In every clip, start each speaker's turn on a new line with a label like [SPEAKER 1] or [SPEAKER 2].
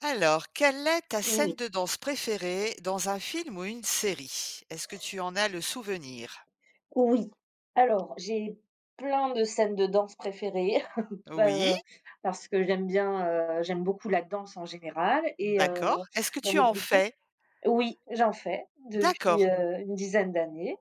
[SPEAKER 1] Alors, quelle est ta scène
[SPEAKER 2] Oui,
[SPEAKER 1] de danse préférée dans un film ou une série? Est-ce que tu en as le souvenir?
[SPEAKER 2] oui. Alors, j'ai plein de scènes de danse préférées,
[SPEAKER 1] Oui,
[SPEAKER 2] heu, parce que j'aime bien, j'aime beaucoup la danse en général et
[SPEAKER 1] d'accord. Est-ce que
[SPEAKER 2] donc
[SPEAKER 1] tu en
[SPEAKER 2] du coup
[SPEAKER 1] fais?
[SPEAKER 2] oui, j'en fais
[SPEAKER 1] D'accord.
[SPEAKER 2] depuis, une dizaine d'années,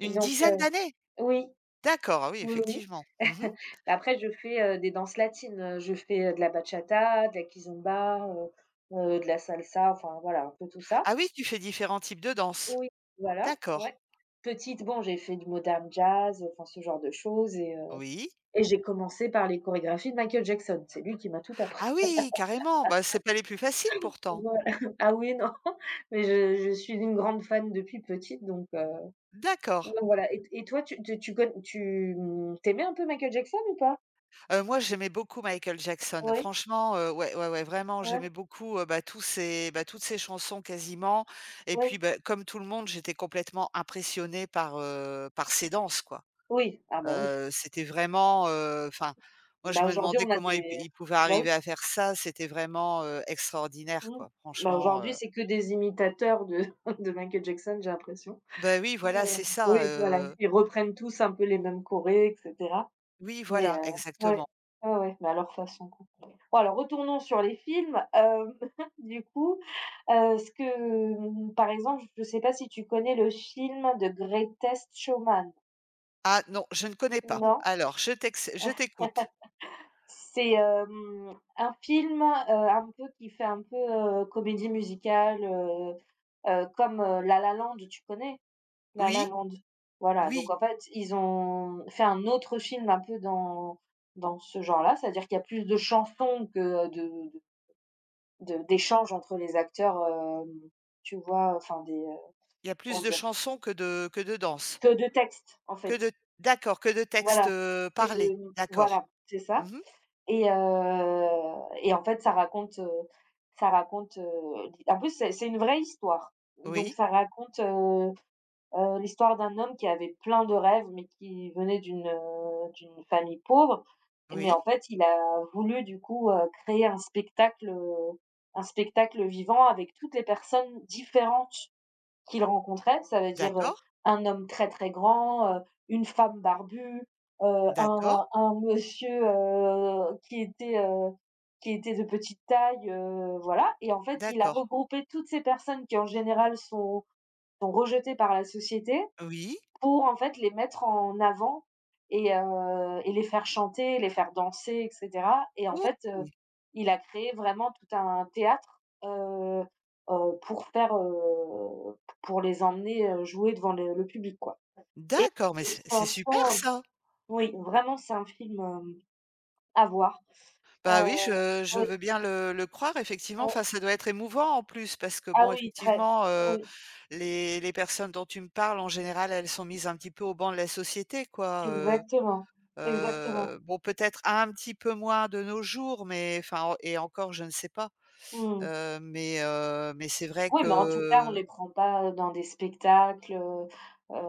[SPEAKER 1] Une
[SPEAKER 2] donc
[SPEAKER 1] dizaine
[SPEAKER 2] heu,
[SPEAKER 1] d'années?
[SPEAKER 2] oui,
[SPEAKER 1] D'accord, ah oui,
[SPEAKER 2] oui.
[SPEAKER 1] effectivement. Mhm.
[SPEAKER 2] Après je fais, des danses latines, je fais, de la bachata, de la kizomba, de la salsa, enfin voilà, un peu tout ça.
[SPEAKER 1] Ah oui, tu fais différents types de danse.
[SPEAKER 2] Oui, voilà,
[SPEAKER 1] D'accord.
[SPEAKER 2] ouais. Petite, bon, j'ai fait du modern jazz, enfin ce genre de choses.
[SPEAKER 1] Oui.
[SPEAKER 2] Et j'ai commencé par les chorégraphies de Michael Jackson. C'est lui qui m'a tout appris.
[SPEAKER 1] Ah oui, carrément. Bah, c'est pas les plus faciles pourtant.
[SPEAKER 2] Voilà. Ah oui, non, mais je suis une grande fan depuis petite
[SPEAKER 1] D'accord.
[SPEAKER 2] donc voilà. Et toi tu te tu con tu, tu un peu Michael Jackson ou pas?
[SPEAKER 1] Moi, j'aimais beaucoup Michael Jackson.
[SPEAKER 2] Oui,
[SPEAKER 1] Franchement, ouais, ouais, ouais, vraiment,
[SPEAKER 2] ouais,
[SPEAKER 1] j'aimais beaucoup, bah, toutes ces chansons quasiment et puis,
[SPEAKER 2] ouais,
[SPEAKER 1] bah, comme tout le monde, j'étais complètement impressionnée par ses danses, quoi.
[SPEAKER 2] oui. Ah bah oui.
[SPEAKER 1] C'était vraiment, enfin, moi, je
[SPEAKER 2] Bah,
[SPEAKER 1] me
[SPEAKER 2] aujourd'hui
[SPEAKER 1] demandais
[SPEAKER 2] on a
[SPEAKER 1] comment il
[SPEAKER 2] des,
[SPEAKER 1] il pouvait
[SPEAKER 2] bah oui,
[SPEAKER 1] arriver à faire ça. C'était vraiment, extraordinaire,
[SPEAKER 2] mmh.
[SPEAKER 1] quoi,
[SPEAKER 2] Bah,
[SPEAKER 1] franchement,
[SPEAKER 2] aujourd'hui c'est que des imitateurs de de Michael Jackson, j'ai l'impression.
[SPEAKER 1] bah, oui, voilà,
[SPEAKER 2] Voilà.
[SPEAKER 1] c'est ça,
[SPEAKER 2] Oui, voilà, ils reprennent tous un peu les mêmes chorés et cetera.
[SPEAKER 1] oui,
[SPEAKER 2] Mais
[SPEAKER 1] voilà,
[SPEAKER 2] heu, ouais,
[SPEAKER 1] exactement.
[SPEAKER 2] ouais, mais à leur façon, quoi. Bon alors retournons sur les films, du coup, ce que, par exemple, je sais pas si tu connais le film The Greatest Showman?
[SPEAKER 1] Ah non, je ne connais pas.
[SPEAKER 2] Non?
[SPEAKER 1] Alors je t'écoute.
[SPEAKER 2] C'est, un film, un peu qui fait un peu, comédie musicale, comme, La La Land, tu connais? La La
[SPEAKER 1] Oui?
[SPEAKER 2] Land. Voilà, donc
[SPEAKER 1] Oui.
[SPEAKER 2] en fait, ils ont fait un autre film un peu dans dans ce genre-là, c'est-à-dire qu'il y a plus de chansons que de d'échanges entre les acteurs, tu vois? Enfin des,
[SPEAKER 1] Il y a plus
[SPEAKER 2] comment
[SPEAKER 1] de
[SPEAKER 2] dire?
[SPEAKER 1] chansons que de danse?
[SPEAKER 2] Que de textes, en
[SPEAKER 1] Que
[SPEAKER 2] fait.
[SPEAKER 1] de D'accord, que de textes,
[SPEAKER 2] Voilà, que
[SPEAKER 1] parlés.
[SPEAKER 2] de voilà,
[SPEAKER 1] D'accord.
[SPEAKER 2] c'est ça.
[SPEAKER 1] Mmh.
[SPEAKER 2] Et heu et en fait, ça raconte, en plus, c'est une vraie histoire, donc
[SPEAKER 1] Oui,
[SPEAKER 2] ça raconte, l'histoire d'un homme qui avait plein de rêves, mais qui venait d'une, d'une famille pauvre et mais
[SPEAKER 1] oui.
[SPEAKER 2] en fait, il a voulu du coup, créer un spectacle vivant avec toutes les personnes différentes qu'il rencontrait. Ça veut dire,
[SPEAKER 1] D'accord,
[SPEAKER 2] un homme très, très grand, une femme barbue,
[SPEAKER 1] d'accord,
[SPEAKER 2] un monsieur, qui était, heu, qui était de petite taille, voilà. Et en fait, il a
[SPEAKER 1] d'accord.
[SPEAKER 2] regroupé toutes ces personnes qui en général sont sont rejetées par la société
[SPEAKER 1] Oui.
[SPEAKER 2] pour en fait les mettre en avant et les faire chanter, les faire danser et cetera. Et en
[SPEAKER 1] OK.
[SPEAKER 2] fait, il a créé vraiment tout un théâtre, pour faire, pour les emmener, jouer devant le public, quoi. Et
[SPEAKER 1] D'accord, mais
[SPEAKER 2] il
[SPEAKER 1] c'est super
[SPEAKER 2] chansons,
[SPEAKER 1] ça!
[SPEAKER 2] oui, vraiment c'est un film, à voir. Heu,
[SPEAKER 1] Bah, oui, je
[SPEAKER 2] oui,
[SPEAKER 1] veux bien le croire effectivement.
[SPEAKER 2] oui.
[SPEAKER 1] Enfin, ça doit être émouvant en plus parce que
[SPEAKER 2] Ah
[SPEAKER 1] bon,
[SPEAKER 2] oui, très
[SPEAKER 1] effectivement,
[SPEAKER 2] oui,
[SPEAKER 1] les personnes dont tu me parles, en général, elles sont mises un petit peu au banc de la société quoi,
[SPEAKER 2] exactement, exactement.
[SPEAKER 1] bon peut-être un petit peu moins de nos jours, mais enfin en et encore je ne sais pas.
[SPEAKER 2] Mmh.
[SPEAKER 1] Mais c'est vrai
[SPEAKER 2] Oui, mais en tout cas, on
[SPEAKER 1] que
[SPEAKER 2] les prend pas dans des spectacles, heu,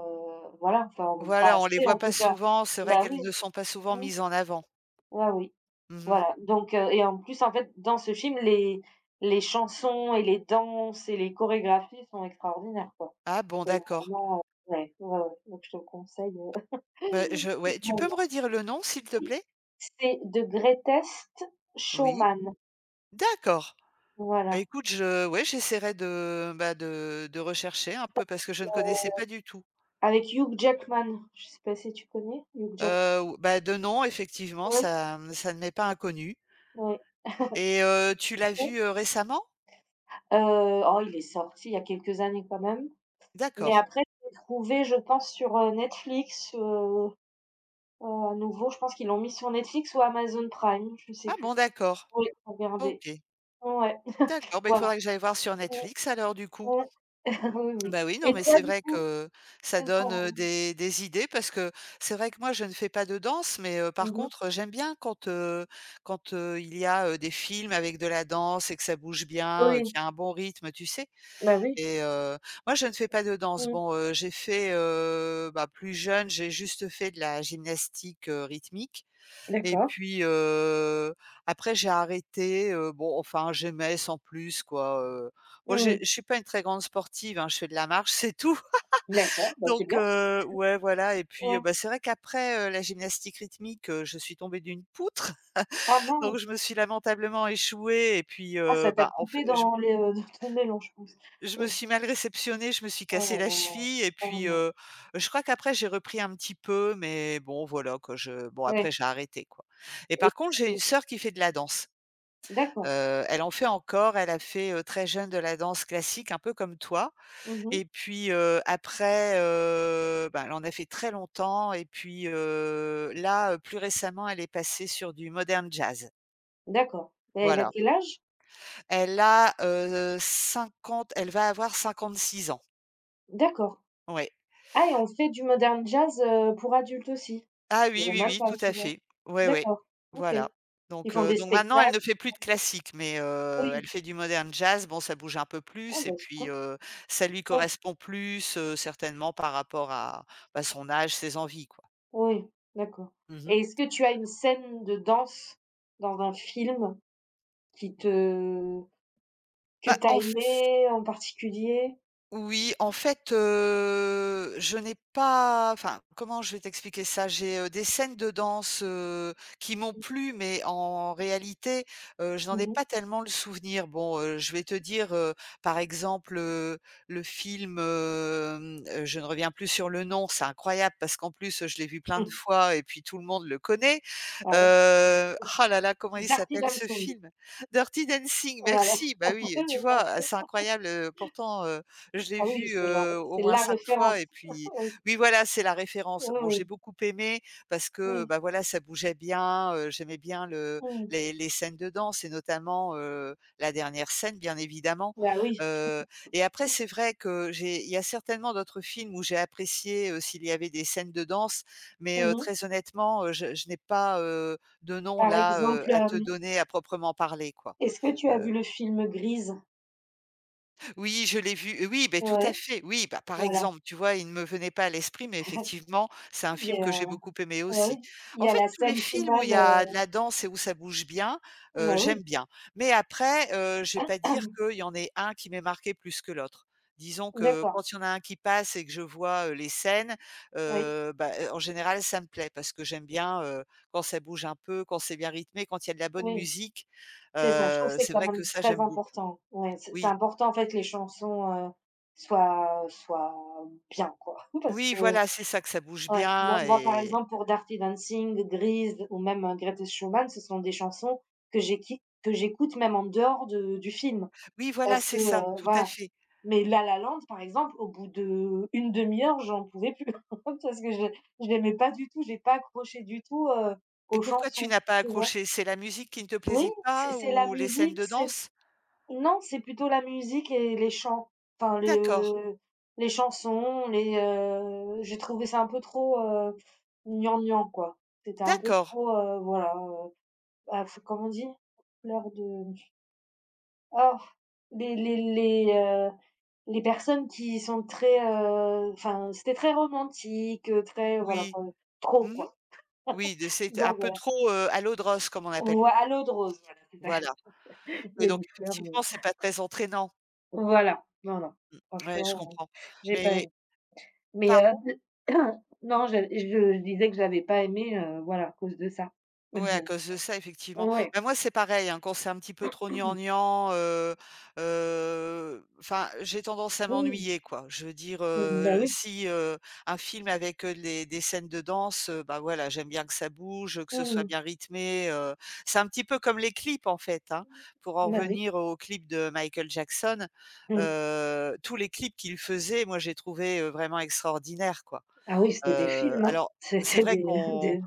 [SPEAKER 2] voilà, enfin, pas
[SPEAKER 1] voilà, on les
[SPEAKER 2] assez
[SPEAKER 1] voit
[SPEAKER 2] en
[SPEAKER 1] pas
[SPEAKER 2] tout cas.
[SPEAKER 1] souvent, c'est vrai
[SPEAKER 2] Bah
[SPEAKER 1] qu'elles
[SPEAKER 2] oui,
[SPEAKER 1] ne sont pas souvent
[SPEAKER 2] mmh,
[SPEAKER 1] mises en avant.
[SPEAKER 2] ouais, oui,
[SPEAKER 1] Mmh.
[SPEAKER 2] voilà, donc et en plus, en fait, dans ce film, les chansons et les danses et les chorégraphies sont extraordinaires, quoi.
[SPEAKER 1] Ah bon,
[SPEAKER 2] C'est
[SPEAKER 1] d'accord.
[SPEAKER 2] vraiment, ouais, donc je te le conseille,
[SPEAKER 1] Bah, je ouais,
[SPEAKER 2] Bah
[SPEAKER 1] tu peux me redire le nom, s'il te
[SPEAKER 2] oui,
[SPEAKER 1] plaît?
[SPEAKER 2] c'est The Greatest
[SPEAKER 1] Oui.
[SPEAKER 2] Showman,
[SPEAKER 1] D'accord. Bah,
[SPEAKER 2] voilà,
[SPEAKER 1] écoute, je ouais, j'essaierai de, bah, de rechercher un peu parce que je ne connaissais pas du tout.
[SPEAKER 2] avec Hugh Jackman. Je sais pas si tu connais Hugh Jack,
[SPEAKER 1] Ou bah, de nom, effectivement,
[SPEAKER 2] ouais,
[SPEAKER 1] ça ne m'est pas inconnu
[SPEAKER 2] ouais.
[SPEAKER 1] et tu l'as vu, récemment?
[SPEAKER 2] Oh, il est sorti il y a quelques années quand même, mais
[SPEAKER 1] D'accord.
[SPEAKER 2] après je l'ai trouvé je pense sur, Netflix, à nouveau je pense qu'ils l'ont mis sur Netflix ou Amazon Prime, je sais
[SPEAKER 1] Ah
[SPEAKER 2] plus.
[SPEAKER 1] bon, d'accord.
[SPEAKER 2] Oui, faut regarder.
[SPEAKER 1] OK.
[SPEAKER 2] Ouais,
[SPEAKER 1] D'accord, bah, il
[SPEAKER 2] voilà.
[SPEAKER 1] faudra que j'aille voir sur
[SPEAKER 2] Ouais,
[SPEAKER 1] Netflix alors du coup.
[SPEAKER 2] ouais. Oui, oui.
[SPEAKER 1] Bah, oui, non,
[SPEAKER 2] Et
[SPEAKER 1] mais
[SPEAKER 2] toi
[SPEAKER 1] c'est
[SPEAKER 2] du
[SPEAKER 1] vrai
[SPEAKER 2] coup,
[SPEAKER 1] que ça donne,
[SPEAKER 2] quand
[SPEAKER 1] des idées parce que c'est vrai que moi je ne fais pas de danse, mais par
[SPEAKER 2] mmh mh.
[SPEAKER 1] contre, j'aime bien quand, il y a, des films avec de la danse et que ça bouge bien,
[SPEAKER 2] Oui,
[SPEAKER 1] qu'il y a un bon rythme, tu sais?
[SPEAKER 2] bah, oui.
[SPEAKER 1] Et moi je ne fais pas de danse.
[SPEAKER 2] Mmh.
[SPEAKER 1] Bon, j'ai fait, bah, plus jeune, j'ai juste fait de la gymnastique, rythmique et
[SPEAKER 2] D'accord.
[SPEAKER 1] puis, après j'ai arrêté, bon enfin j'aimais sans plus quoi, Moi j'ai
[SPEAKER 2] Mmh.
[SPEAKER 1] je suis pas une très grande sportive, hein, je fais de la marche, c'est tout.
[SPEAKER 2] D'accord, bah, c'est
[SPEAKER 1] Donc
[SPEAKER 2] bien aussi.
[SPEAKER 1] ouais voilà et puis,
[SPEAKER 2] Ouais.
[SPEAKER 1] bah, c'est vrai qu'après, la gymnastique rythmique, je suis tombée d'une poutre,
[SPEAKER 2] Ah
[SPEAKER 1] donc je
[SPEAKER 2] mince!
[SPEAKER 1] me suis lamentablement échouée et puis,
[SPEAKER 2] Ah ça t'a
[SPEAKER 1] bah, en fait
[SPEAKER 2] coupé
[SPEAKER 1] je
[SPEAKER 2] dans les, dans ton mélange je pense.
[SPEAKER 1] je me
[SPEAKER 2] Oui.
[SPEAKER 1] suis mal réceptionnée, je me suis
[SPEAKER 2] Oh là
[SPEAKER 1] cassée la
[SPEAKER 2] là.
[SPEAKER 1] cheville et
[SPEAKER 2] Oh
[SPEAKER 1] puis,
[SPEAKER 2] non.
[SPEAKER 1] je crois qu'après j'ai repris un petit peu mais bon voilà quoi, je bon
[SPEAKER 2] Ouais
[SPEAKER 1] après j'ai arrêté quoi. Et
[SPEAKER 2] et
[SPEAKER 1] par contre j'ai une
[SPEAKER 2] heu,
[SPEAKER 1] sœur qui fait de la danse.
[SPEAKER 2] d'accord.
[SPEAKER 1] Elle en fait encore, elle a fait, très jeune de la danse classique, un peu comme toi
[SPEAKER 2] Mmh mh.
[SPEAKER 1] et puis, après, bah, elle en a fait très longtemps et puis, là, plus récemment, elle est passée sur du modern jazz.
[SPEAKER 2] D'accord. Elle a
[SPEAKER 1] Voilà.
[SPEAKER 2] quel âge?
[SPEAKER 1] Elle a, heu, 50 elle va avoir 56 ans.
[SPEAKER 2] D'accord.
[SPEAKER 1] Ouais.
[SPEAKER 2] Ah et on fait du modern jazz, pour adultes aussi?
[SPEAKER 1] Ah
[SPEAKER 2] Je
[SPEAKER 1] oui,
[SPEAKER 2] savais
[SPEAKER 1] oui,
[SPEAKER 2] même
[SPEAKER 1] oui,
[SPEAKER 2] pas,
[SPEAKER 1] tout
[SPEAKER 2] tu
[SPEAKER 1] à
[SPEAKER 2] vois?
[SPEAKER 1] fait. Ouais, ouais,
[SPEAKER 2] D'accord, OK.
[SPEAKER 1] voilà.
[SPEAKER 2] Ils
[SPEAKER 1] Donc
[SPEAKER 2] font
[SPEAKER 1] heu,
[SPEAKER 2] des
[SPEAKER 1] donc maintenant
[SPEAKER 2] spectacles?
[SPEAKER 1] elle ne fait plus de classique, mais elle
[SPEAKER 2] Oui.
[SPEAKER 1] fait du modern jazz. Bon, ça bouge un peu
[SPEAKER 2] Ah
[SPEAKER 1] plus et
[SPEAKER 2] bah,
[SPEAKER 1] puis,
[SPEAKER 2] super.
[SPEAKER 1] ça lui
[SPEAKER 2] Ouais,
[SPEAKER 1] correspond plus, certainement par rapport à, bah, son âge, ses envies, quoi.
[SPEAKER 2] oui, d'accord.
[SPEAKER 1] Mmh.
[SPEAKER 2] Et est-ce que tu as une scène de danse dans un film qui te que
[SPEAKER 1] Bah,
[SPEAKER 2] t'as
[SPEAKER 1] en
[SPEAKER 2] aimé en particulier?
[SPEAKER 1] Oui, en fait, je n'ai pas enfin, comment je vais t'expliquer ça? J'ai, des scènes de danse, qui m'ont plu, mais en réalité, je n'en
[SPEAKER 2] Mmh
[SPEAKER 1] ai
[SPEAKER 2] mh.
[SPEAKER 1] pas tellement le souvenir. Bon, je vais te dire, par exemple, le film, je ne reviens plus sur le nom, c'est incroyable parce qu'en plus, je l'ai vu plein de
[SPEAKER 2] Mmh.
[SPEAKER 1] fois et puis tout le monde le connaît.
[SPEAKER 2] Ah ouais.
[SPEAKER 1] Ah là là, comment il
[SPEAKER 2] Dirty
[SPEAKER 1] s'appelle ce
[SPEAKER 2] Dancing.
[SPEAKER 1] film? Dirty Dancing,
[SPEAKER 2] Voilà.
[SPEAKER 1] merci. Bah oui, tu vois? C'est incroyable, pourtant, je l'ai
[SPEAKER 2] Ah oui,
[SPEAKER 1] vu, au
[SPEAKER 2] c'est
[SPEAKER 1] moins
[SPEAKER 2] la
[SPEAKER 1] 5 fois
[SPEAKER 2] référence.
[SPEAKER 1] et puis
[SPEAKER 2] Oui.
[SPEAKER 1] oui, voilà, c'est la référence.
[SPEAKER 2] Oui,
[SPEAKER 1] Bon, j'ai
[SPEAKER 2] oui.
[SPEAKER 1] beaucoup aimé parce que,
[SPEAKER 2] Oui.
[SPEAKER 1] bah, voilà, ça bougeait bien, j'aimais bien le
[SPEAKER 2] Mmh.
[SPEAKER 1] les scènes de danse et notamment, la dernière scène, bien évidemment.
[SPEAKER 2] Bah oui.
[SPEAKER 1] Heu et après c'est vrai que j'ai il y a certainement d'autres films où j'ai apprécié, s'il y avait des scènes de danse mais,
[SPEAKER 2] Mmh.
[SPEAKER 1] très honnêtement, je n'ai pas, de nom
[SPEAKER 2] Par
[SPEAKER 1] là,
[SPEAKER 2] exemple,
[SPEAKER 1] à te donner à proprement parler quoi.
[SPEAKER 2] est-ce que tu as vu le film Grise?
[SPEAKER 1] Oui, je l'ai vu, oui, ben tout à
[SPEAKER 2] Ouais,
[SPEAKER 1] fait. Oui, bah, par
[SPEAKER 2] voilà,
[SPEAKER 1] exemple, tu vois, il ne me venait pas à l'esprit, mais effectivement, c'est un
[SPEAKER 2] il
[SPEAKER 1] film
[SPEAKER 2] y
[SPEAKER 1] que j'ai
[SPEAKER 2] a
[SPEAKER 1] beaucoup aimé
[SPEAKER 2] ouais,
[SPEAKER 1] aussi.
[SPEAKER 2] il
[SPEAKER 1] En
[SPEAKER 2] y a
[SPEAKER 1] fait,
[SPEAKER 2] la
[SPEAKER 1] tous les
[SPEAKER 2] scène
[SPEAKER 1] films où il
[SPEAKER 2] finale,
[SPEAKER 1] y a de la danse et où ça bouge bien,
[SPEAKER 2] bah,
[SPEAKER 1] j'aime
[SPEAKER 2] oui,
[SPEAKER 1] bien. Mais après, je vais pas dire qu'il y en ait un qui m'ait marqué plus que l'autre. Disons que
[SPEAKER 2] d'accord,
[SPEAKER 1] quand il y en a un qui passe et que je vois, les scènes,
[SPEAKER 2] oui,
[SPEAKER 1] en général, ça me plaît parce que j'aime bien, quand ça bouge un peu, quand c'est bien rythmé, quand il y a de la bonne
[SPEAKER 2] oui,
[SPEAKER 1] musique.
[SPEAKER 2] c'est ça. Je trouve que c'est
[SPEAKER 1] C'est
[SPEAKER 2] quand
[SPEAKER 1] vrai que
[SPEAKER 2] même
[SPEAKER 1] ça,
[SPEAKER 2] très
[SPEAKER 1] j'aime beaucoup.
[SPEAKER 2] important. Ouais, c'est
[SPEAKER 1] Oui.
[SPEAKER 2] important, en fait, que les chansons, soient soient bien, quoi, parce
[SPEAKER 1] Oui,
[SPEAKER 2] que
[SPEAKER 1] voilà, c'est ça, que ça bouge
[SPEAKER 2] ouais, moi
[SPEAKER 1] bien
[SPEAKER 2] moi, par
[SPEAKER 1] et
[SPEAKER 2] exemple, pour Dirty Dancing, Grise ou même, Greatest Showman, ce sont des chansons que j'équi que j'écoute même en dehors de du film
[SPEAKER 1] oui, voilà,
[SPEAKER 2] parce que,
[SPEAKER 1] c'est ça, tout à
[SPEAKER 2] voilà.
[SPEAKER 1] fait.
[SPEAKER 2] Mais La La Land, par exemple, au bout de une demi heure, j'en pouvais plus parce que je l'aimais pas du tout, j'ai pas accroché du tout,
[SPEAKER 1] Et
[SPEAKER 2] aux
[SPEAKER 1] pourquoi tu
[SPEAKER 2] chansons,
[SPEAKER 1] n'as pas
[SPEAKER 2] tu vois?
[SPEAKER 1] accroché? C'est la musique qui ne te
[SPEAKER 2] Oui,
[SPEAKER 1] plaisait pas
[SPEAKER 2] c'est la
[SPEAKER 1] ou les scènes
[SPEAKER 2] musique,
[SPEAKER 1] de
[SPEAKER 2] c'est
[SPEAKER 1] danse?
[SPEAKER 2] non, c'est plutôt la musique et les chants, enfin
[SPEAKER 1] D'accord,
[SPEAKER 2] le les chansons, les, j'ai trouvé ça un peu trop, gnangnan, quoi. C'était un peu
[SPEAKER 1] d'accord,
[SPEAKER 2] trop, voilà, bah, f comment on dit? Fleur de Oh, les les les, heu, les personnes qui sont très, enfin, c'était très romantique, très voilà,
[SPEAKER 1] oui.
[SPEAKER 2] enfin, trop
[SPEAKER 1] Mmh.
[SPEAKER 2] quoi.
[SPEAKER 1] Oui, de c'est un
[SPEAKER 2] Donc
[SPEAKER 1] peu
[SPEAKER 2] voilà.
[SPEAKER 1] trop, à l'eau de rose, comme on appelle,
[SPEAKER 2] Voi à l'eau de rose, voilà, c'est ça.
[SPEAKER 1] Voilà.
[SPEAKER 2] Il
[SPEAKER 1] Oui,
[SPEAKER 2] y a
[SPEAKER 1] donc
[SPEAKER 2] des fleurs, mais
[SPEAKER 1] effectivement, c'est pas très entraînant.
[SPEAKER 2] voilà. Non, non,
[SPEAKER 1] Ouais, je
[SPEAKER 2] franchement,
[SPEAKER 1] comprends.
[SPEAKER 2] j'ai pas
[SPEAKER 1] Mais
[SPEAKER 2] aimé. Mais
[SPEAKER 1] pardon?
[SPEAKER 2] heu, non, je disais que j'avais pas aimé, voilà, à cause de ça.
[SPEAKER 1] Ouais, à cause de ça, effectivement.
[SPEAKER 2] Ouais.
[SPEAKER 1] Bah, moi, c'est pareil, hein, quand c'est un petit peu trop gnangnan, enfin, j'ai tendance à
[SPEAKER 2] Oui,
[SPEAKER 1] m'ennuyer, quoi. Je veux dire,
[SPEAKER 2] mmh, bah oui.
[SPEAKER 1] si, un film avec, les des scènes de danse, bah, voilà, j'aime bien que ça bouge, que ce soit
[SPEAKER 2] Mmh.
[SPEAKER 1] bien rythmé, C'est un petit peu comme les clips, en fait, hein. Pour en
[SPEAKER 2] Bah oui.
[SPEAKER 1] revenir aux clips de Michael Jackson,
[SPEAKER 2] Mmh.
[SPEAKER 1] tous les clips qu'il faisait, moi, j'ai trouvé, vraiment extraordinaire, quoi.
[SPEAKER 2] Ah oui, c'était des films, hein.
[SPEAKER 1] Alors c'est
[SPEAKER 2] C'était
[SPEAKER 1] vrai
[SPEAKER 2] des
[SPEAKER 1] qu'on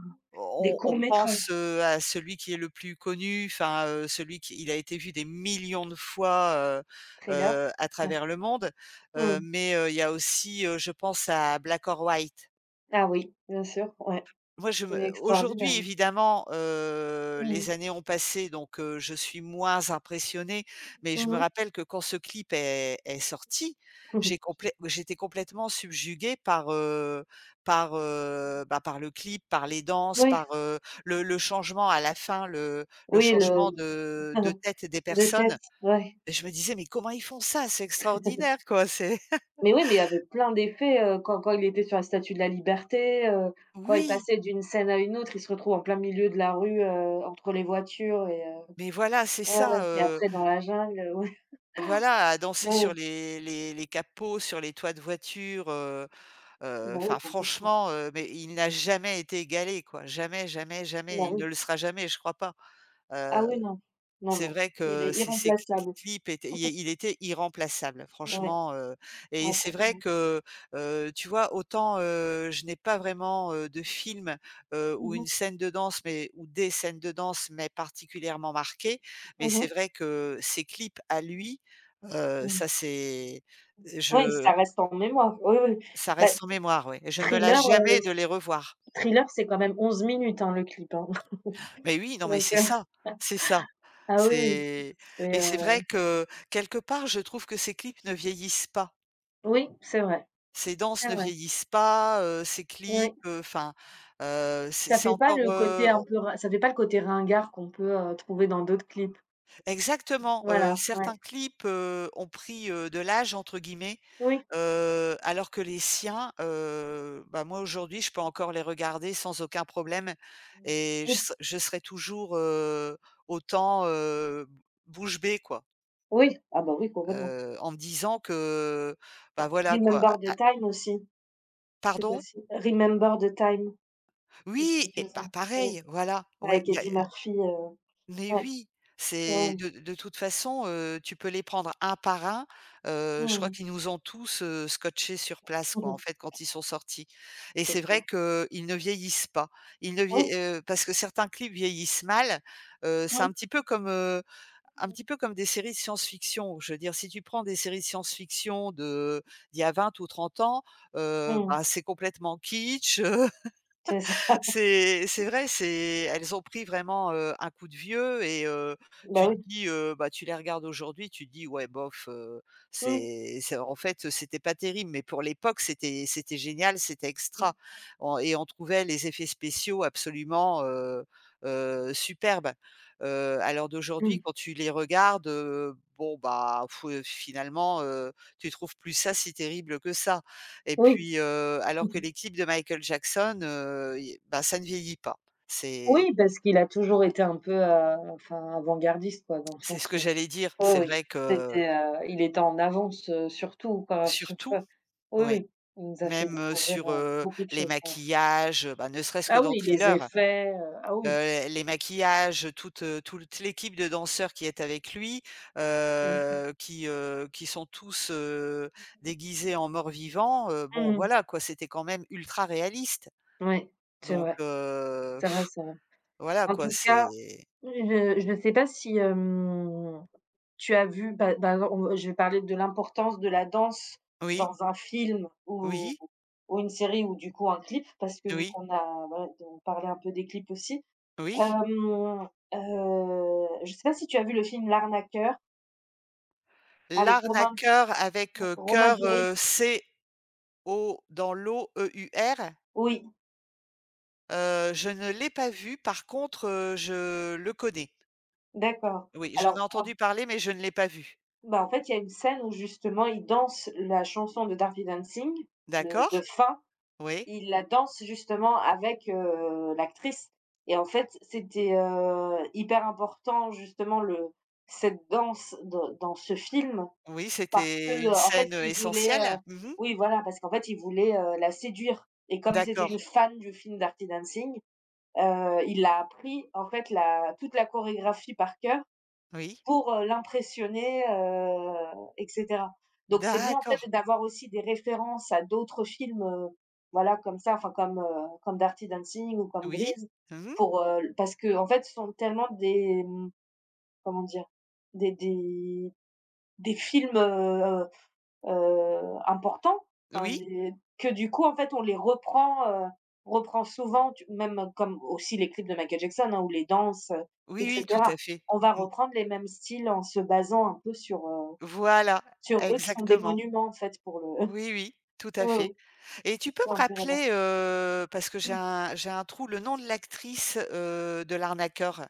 [SPEAKER 2] des
[SPEAKER 1] on
[SPEAKER 2] courts
[SPEAKER 1] pense,
[SPEAKER 2] métrages.
[SPEAKER 1] à celui qui est le plus connu, enfin, celui qui il a été vu des millions de fois, heu
[SPEAKER 2] Thriller?
[SPEAKER 1] à
[SPEAKER 2] Ouais.
[SPEAKER 1] travers le monde,
[SPEAKER 2] Mmh.
[SPEAKER 1] mais, il y a aussi, je pense à Black or White.
[SPEAKER 2] Ah oui, bien sûr, ouais.
[SPEAKER 1] Moi, je
[SPEAKER 2] Il est
[SPEAKER 1] me
[SPEAKER 2] extraordinaire.
[SPEAKER 1] aujourd'hui, évidemment,
[SPEAKER 2] Mmh.
[SPEAKER 1] les années ont passé, donc je suis moins impressionnée, mais je me
[SPEAKER 2] Mmh
[SPEAKER 1] rappelle que quand ce clip est sorti,
[SPEAKER 2] mh.
[SPEAKER 1] j'étais complètement subjuguée par le clip, par les danses,
[SPEAKER 2] Oui,
[SPEAKER 1] par, le changement à la fin, le
[SPEAKER 2] oui, le
[SPEAKER 1] changement de tête des
[SPEAKER 2] de tête,
[SPEAKER 1] personnes.
[SPEAKER 2] ouais.
[SPEAKER 1] Et je me disais: «Mais comment ils font ça? C'est extraordinaire, quoi, c'est.»
[SPEAKER 2] Mais oui, mais il y avait plein d'effets, quand quand il était sur la Statue de la Liberté, quand il
[SPEAKER 1] Oui,
[SPEAKER 2] passait d'une scène à une autre, il se retrouve en plein milieu de la rue, entre les voitures et
[SPEAKER 1] mais voilà, c'est
[SPEAKER 2] ouais,
[SPEAKER 1] ça,
[SPEAKER 2] ouais. Et après dans la jungle,
[SPEAKER 1] Voilà, à danser sur
[SPEAKER 2] ouais.
[SPEAKER 1] les capots, sur les toits de voiture,
[SPEAKER 2] Bah oui,
[SPEAKER 1] enfin
[SPEAKER 2] complètement.
[SPEAKER 1] franchement, mais il n'a jamais été égalé quoi. Jamais, jamais, jamais.
[SPEAKER 2] Bah
[SPEAKER 1] Il ne
[SPEAKER 2] oui.
[SPEAKER 1] le sera jamais, je crois pas.
[SPEAKER 2] Ah
[SPEAKER 1] Heu
[SPEAKER 2] oui, non. Non,
[SPEAKER 1] c'est
[SPEAKER 2] non,
[SPEAKER 1] vrai
[SPEAKER 2] il
[SPEAKER 1] que
[SPEAKER 2] est
[SPEAKER 1] ces ces c
[SPEAKER 2] irremplaçable.
[SPEAKER 1] clips étaient il était irremplaçable
[SPEAKER 2] Ouais,
[SPEAKER 1] franchement, et
[SPEAKER 2] ouais,
[SPEAKER 1] c'est vrai
[SPEAKER 2] complètement.
[SPEAKER 1] que, tu vois, autant, je n'ai pas vraiment, de film, ou
[SPEAKER 2] Mmh mh.
[SPEAKER 1] une scène de danse mais ou des scènes de danse mais particulièrement marquées, mais
[SPEAKER 2] Mmh
[SPEAKER 1] c'est
[SPEAKER 2] mh.
[SPEAKER 1] vrai que ces clips à lui,
[SPEAKER 2] Mmh.
[SPEAKER 1] ça c'est
[SPEAKER 2] Oui,
[SPEAKER 1] je
[SPEAKER 2] ça reste en mémoire. Oui, oui.
[SPEAKER 1] ça
[SPEAKER 2] Bah,
[SPEAKER 1] reste en mémoire, ouais et je ne me lasse
[SPEAKER 2] Thriller,
[SPEAKER 1] jamais
[SPEAKER 2] c
[SPEAKER 1] de les revoir.
[SPEAKER 2] Thriller, c'est quand même 11 minutes, hein, le clip, hein.
[SPEAKER 1] Mais oui, non mais
[SPEAKER 2] Donc
[SPEAKER 1] c'est
[SPEAKER 2] heu,
[SPEAKER 1] ça, c'est ça.
[SPEAKER 2] ah oui,
[SPEAKER 1] C'est
[SPEAKER 2] c'est,
[SPEAKER 1] Et c'est
[SPEAKER 2] heu
[SPEAKER 1] vrai que, quelque part, je trouve que ces clips ne vieillissent pas.
[SPEAKER 2] oui, c'est vrai,
[SPEAKER 1] Ces danses
[SPEAKER 2] c'est
[SPEAKER 1] ne
[SPEAKER 2] vrai.
[SPEAKER 1] vieillissent pas, ces clips,
[SPEAKER 2] Oui,
[SPEAKER 1] enfin, c'est
[SPEAKER 2] ça
[SPEAKER 1] c'est
[SPEAKER 2] fait pas
[SPEAKER 1] encore,
[SPEAKER 2] le côté un
[SPEAKER 1] on
[SPEAKER 2] peu rin ça fait pas le côté ringard qu'on peut, trouver dans d'autres clips.
[SPEAKER 1] exactement,
[SPEAKER 2] Voilà, ouais.
[SPEAKER 1] certains clips, ont pris, «de l'âge» entre guillemets,
[SPEAKER 2] Oui.
[SPEAKER 1] alors que les siens, bah, moi, aujourd'hui, je peux encore les regarder sans aucun problème et
[SPEAKER 2] Oui,
[SPEAKER 1] je serai toujours, autant, bouche bée, quoi,
[SPEAKER 2] oui, ah bah, oui, complètement.
[SPEAKER 1] en me disant que, bah, voilà, quoi.
[SPEAKER 2] Remember the Time aussi, c'est
[SPEAKER 1] Pardon?
[SPEAKER 2] possible. Remember the Time, est-ce
[SPEAKER 1] Oui
[SPEAKER 2] que
[SPEAKER 1] et
[SPEAKER 2] tu
[SPEAKER 1] bah,
[SPEAKER 2] sais? Oui,
[SPEAKER 1] pareil, voilà, ouais,
[SPEAKER 2] avec
[SPEAKER 1] il y a
[SPEAKER 2] Eddie Murphy,
[SPEAKER 1] mais
[SPEAKER 2] ouais,
[SPEAKER 1] oui, c'est
[SPEAKER 2] ouais.
[SPEAKER 1] de toute façon, tu peux les prendre un par un, je crois
[SPEAKER 2] Mmh
[SPEAKER 1] qu'ils nous ont tous, scotchés sur place,
[SPEAKER 2] mh.
[SPEAKER 1] quoi,
[SPEAKER 2] Mmh
[SPEAKER 1] en
[SPEAKER 2] mh.
[SPEAKER 1] fait, quand ils sont sortis et c'est
[SPEAKER 2] C'est
[SPEAKER 1] vrai
[SPEAKER 2] clair.
[SPEAKER 1] qu'ils ne vieillissent pas. Ils ne
[SPEAKER 2] Oui.
[SPEAKER 1] vieil parce que certains clips vieillissent mal, c'est
[SPEAKER 2] Mmh.
[SPEAKER 1] un petit peu comme, un petit peu comme des séries de science-fiction. Je veux dire, si tu prends des séries de science-fiction de d'il y a 20 ou 30 ans,
[SPEAKER 2] Mmh.
[SPEAKER 1] bah, c'est complètement kitsch.
[SPEAKER 2] C'est ça.
[SPEAKER 1] C'est vrai, c'est elles ont pris vraiment, un coup de vieux et
[SPEAKER 2] Bah,
[SPEAKER 1] tu te
[SPEAKER 2] oui.
[SPEAKER 1] dis, bah, tu les regardes aujourd'hui, tu te dis: «Ouais, bof,
[SPEAKER 2] Mmh.
[SPEAKER 1] c'est en fait, c'était pas terrible», mais pour l'époque, c'était génial, c'était extra. On Et on trouvait les effets spéciaux absolument, superbes. À l'heure d'aujourd'hui,
[SPEAKER 2] Mmh.
[SPEAKER 1] quand tu les regardes, bon, bah, finalement, tu trouves plus ça si terrible que ça. Et
[SPEAKER 2] Oui,
[SPEAKER 1] puis, alors que les clips de Michael Jackson, i bah, ça ne vieillit pas. C'est
[SPEAKER 2] oui, parce qu'il a toujours été un peu, enfin, avant-gardiste, quoi, dans le
[SPEAKER 1] c'est ce
[SPEAKER 2] sens
[SPEAKER 1] que
[SPEAKER 2] où
[SPEAKER 1] j'allais dire.
[SPEAKER 2] oui,
[SPEAKER 1] C'est
[SPEAKER 2] oui,
[SPEAKER 1] vrai que
[SPEAKER 2] c'était, il était en avance, sur tout, quoi, sur
[SPEAKER 1] surtout,
[SPEAKER 2] quoi oui,
[SPEAKER 1] oui,
[SPEAKER 2] oui, il nous a fait
[SPEAKER 1] même,
[SPEAKER 2] découvrir,
[SPEAKER 1] sur,
[SPEAKER 2] beaucoup de
[SPEAKER 1] les
[SPEAKER 2] choses, ouais.
[SPEAKER 1] maquillages, bah, ne serait-ce que
[SPEAKER 2] Ah
[SPEAKER 1] dans
[SPEAKER 2] oui, les
[SPEAKER 1] Thriller,
[SPEAKER 2] effets, ah oui,
[SPEAKER 1] les maquillages, toute l'équipe de danseurs qui est avec lui,
[SPEAKER 2] bien sûr.
[SPEAKER 1] qui sont tous, déguisés en morts-vivants,
[SPEAKER 2] Mmh
[SPEAKER 1] bon,
[SPEAKER 2] mh.
[SPEAKER 1] voilà, quoi, c'était quand même ultra réaliste.
[SPEAKER 2] Ouais, c'est
[SPEAKER 1] Donc,
[SPEAKER 2] vrai, c'est vrai, c'est vrai.
[SPEAKER 1] voilà,
[SPEAKER 2] En
[SPEAKER 1] quoi,
[SPEAKER 2] tout cas,
[SPEAKER 1] c'est
[SPEAKER 2] je sais pas si, hem tu as vu, bah bah, on je vais parler de l'importance de la danse
[SPEAKER 1] oui?
[SPEAKER 2] dans un film
[SPEAKER 1] Oui,
[SPEAKER 2] ou une série ou du coup un clip parce que vu
[SPEAKER 1] oui,
[SPEAKER 2] qu'on a voilà, on parlait un peu des clips aussi.
[SPEAKER 1] oui.
[SPEAKER 2] Hem, je sais pas si tu as vu le film L'arnaqueur avec Romain
[SPEAKER 1] L'arnaqueur avec,
[SPEAKER 2] Romain
[SPEAKER 1] cœur,
[SPEAKER 2] Duris?
[SPEAKER 1] C-O dans l'O E-U-R,
[SPEAKER 2] Oui,
[SPEAKER 1] je ne l'ai pas vu. Par contre, je le connais.
[SPEAKER 2] d'accord.
[SPEAKER 1] Oui, j'en ai
[SPEAKER 2] Alors, en
[SPEAKER 1] entendu parler, mais je ne l'ai pas vu.
[SPEAKER 2] bah, en fait, il y a une scène où justement il danse la chanson de Darby Dancing, de
[SPEAKER 1] D'accord.
[SPEAKER 2] fin.
[SPEAKER 1] Oui,
[SPEAKER 2] Il la danse justement avec, l'actrice et en fait, c'était, hyper important justement le cette danse dans dans ce film
[SPEAKER 1] oui,
[SPEAKER 2] parce que,
[SPEAKER 1] c'était une
[SPEAKER 2] en fait,
[SPEAKER 1] scène,
[SPEAKER 2] il voulait,
[SPEAKER 1] essentielle. Mmh.
[SPEAKER 2] oui, voilà, parce qu'en fait, il voulait, la séduire et comme c'était
[SPEAKER 1] D'accord.
[SPEAKER 2] une fan du film Dirty Dancing, il a appris en fait la toute la chorégraphie par cœur
[SPEAKER 1] Oui.
[SPEAKER 2] pour, l'impressionner, et cetera. Donc c'est bien, en fait,
[SPEAKER 1] D'accord.
[SPEAKER 2] d'avoir aussi des références à d'autres films, voilà, comme ça, enfin comme, comme Dirty Dancing ou comme
[SPEAKER 1] Oui.
[SPEAKER 2] Grease
[SPEAKER 1] Mmh.
[SPEAKER 2] pour, parce que en fait, ce sont tellement des, comment dire? Des des des films, importants, enfin
[SPEAKER 1] Oui.
[SPEAKER 2] des que du coup, en fait, on les reprend, reprend souvent tu même comme aussi les clips de Michael Jackson, hein, ou les danses,
[SPEAKER 1] Oui,
[SPEAKER 2] et
[SPEAKER 1] oui, tout
[SPEAKER 2] cetera.
[SPEAKER 1] à fait.
[SPEAKER 2] On va
[SPEAKER 1] Mmh.
[SPEAKER 2] reprendre les mêmes styles en se basant un peu sur,
[SPEAKER 1] Voilà,
[SPEAKER 2] sur eux qui sont des
[SPEAKER 1] exactement.
[SPEAKER 2] monuments, en fait, pour le
[SPEAKER 1] Oui, oui, tout à
[SPEAKER 2] oui,
[SPEAKER 1] fait.
[SPEAKER 2] oui,
[SPEAKER 1] Et tu peux
[SPEAKER 2] c'est
[SPEAKER 1] me
[SPEAKER 2] un peu la
[SPEAKER 1] rappeler,
[SPEAKER 2] base.
[SPEAKER 1] parce que j'ai un trou, le nom de l'actrice, de L'Arnaqueur?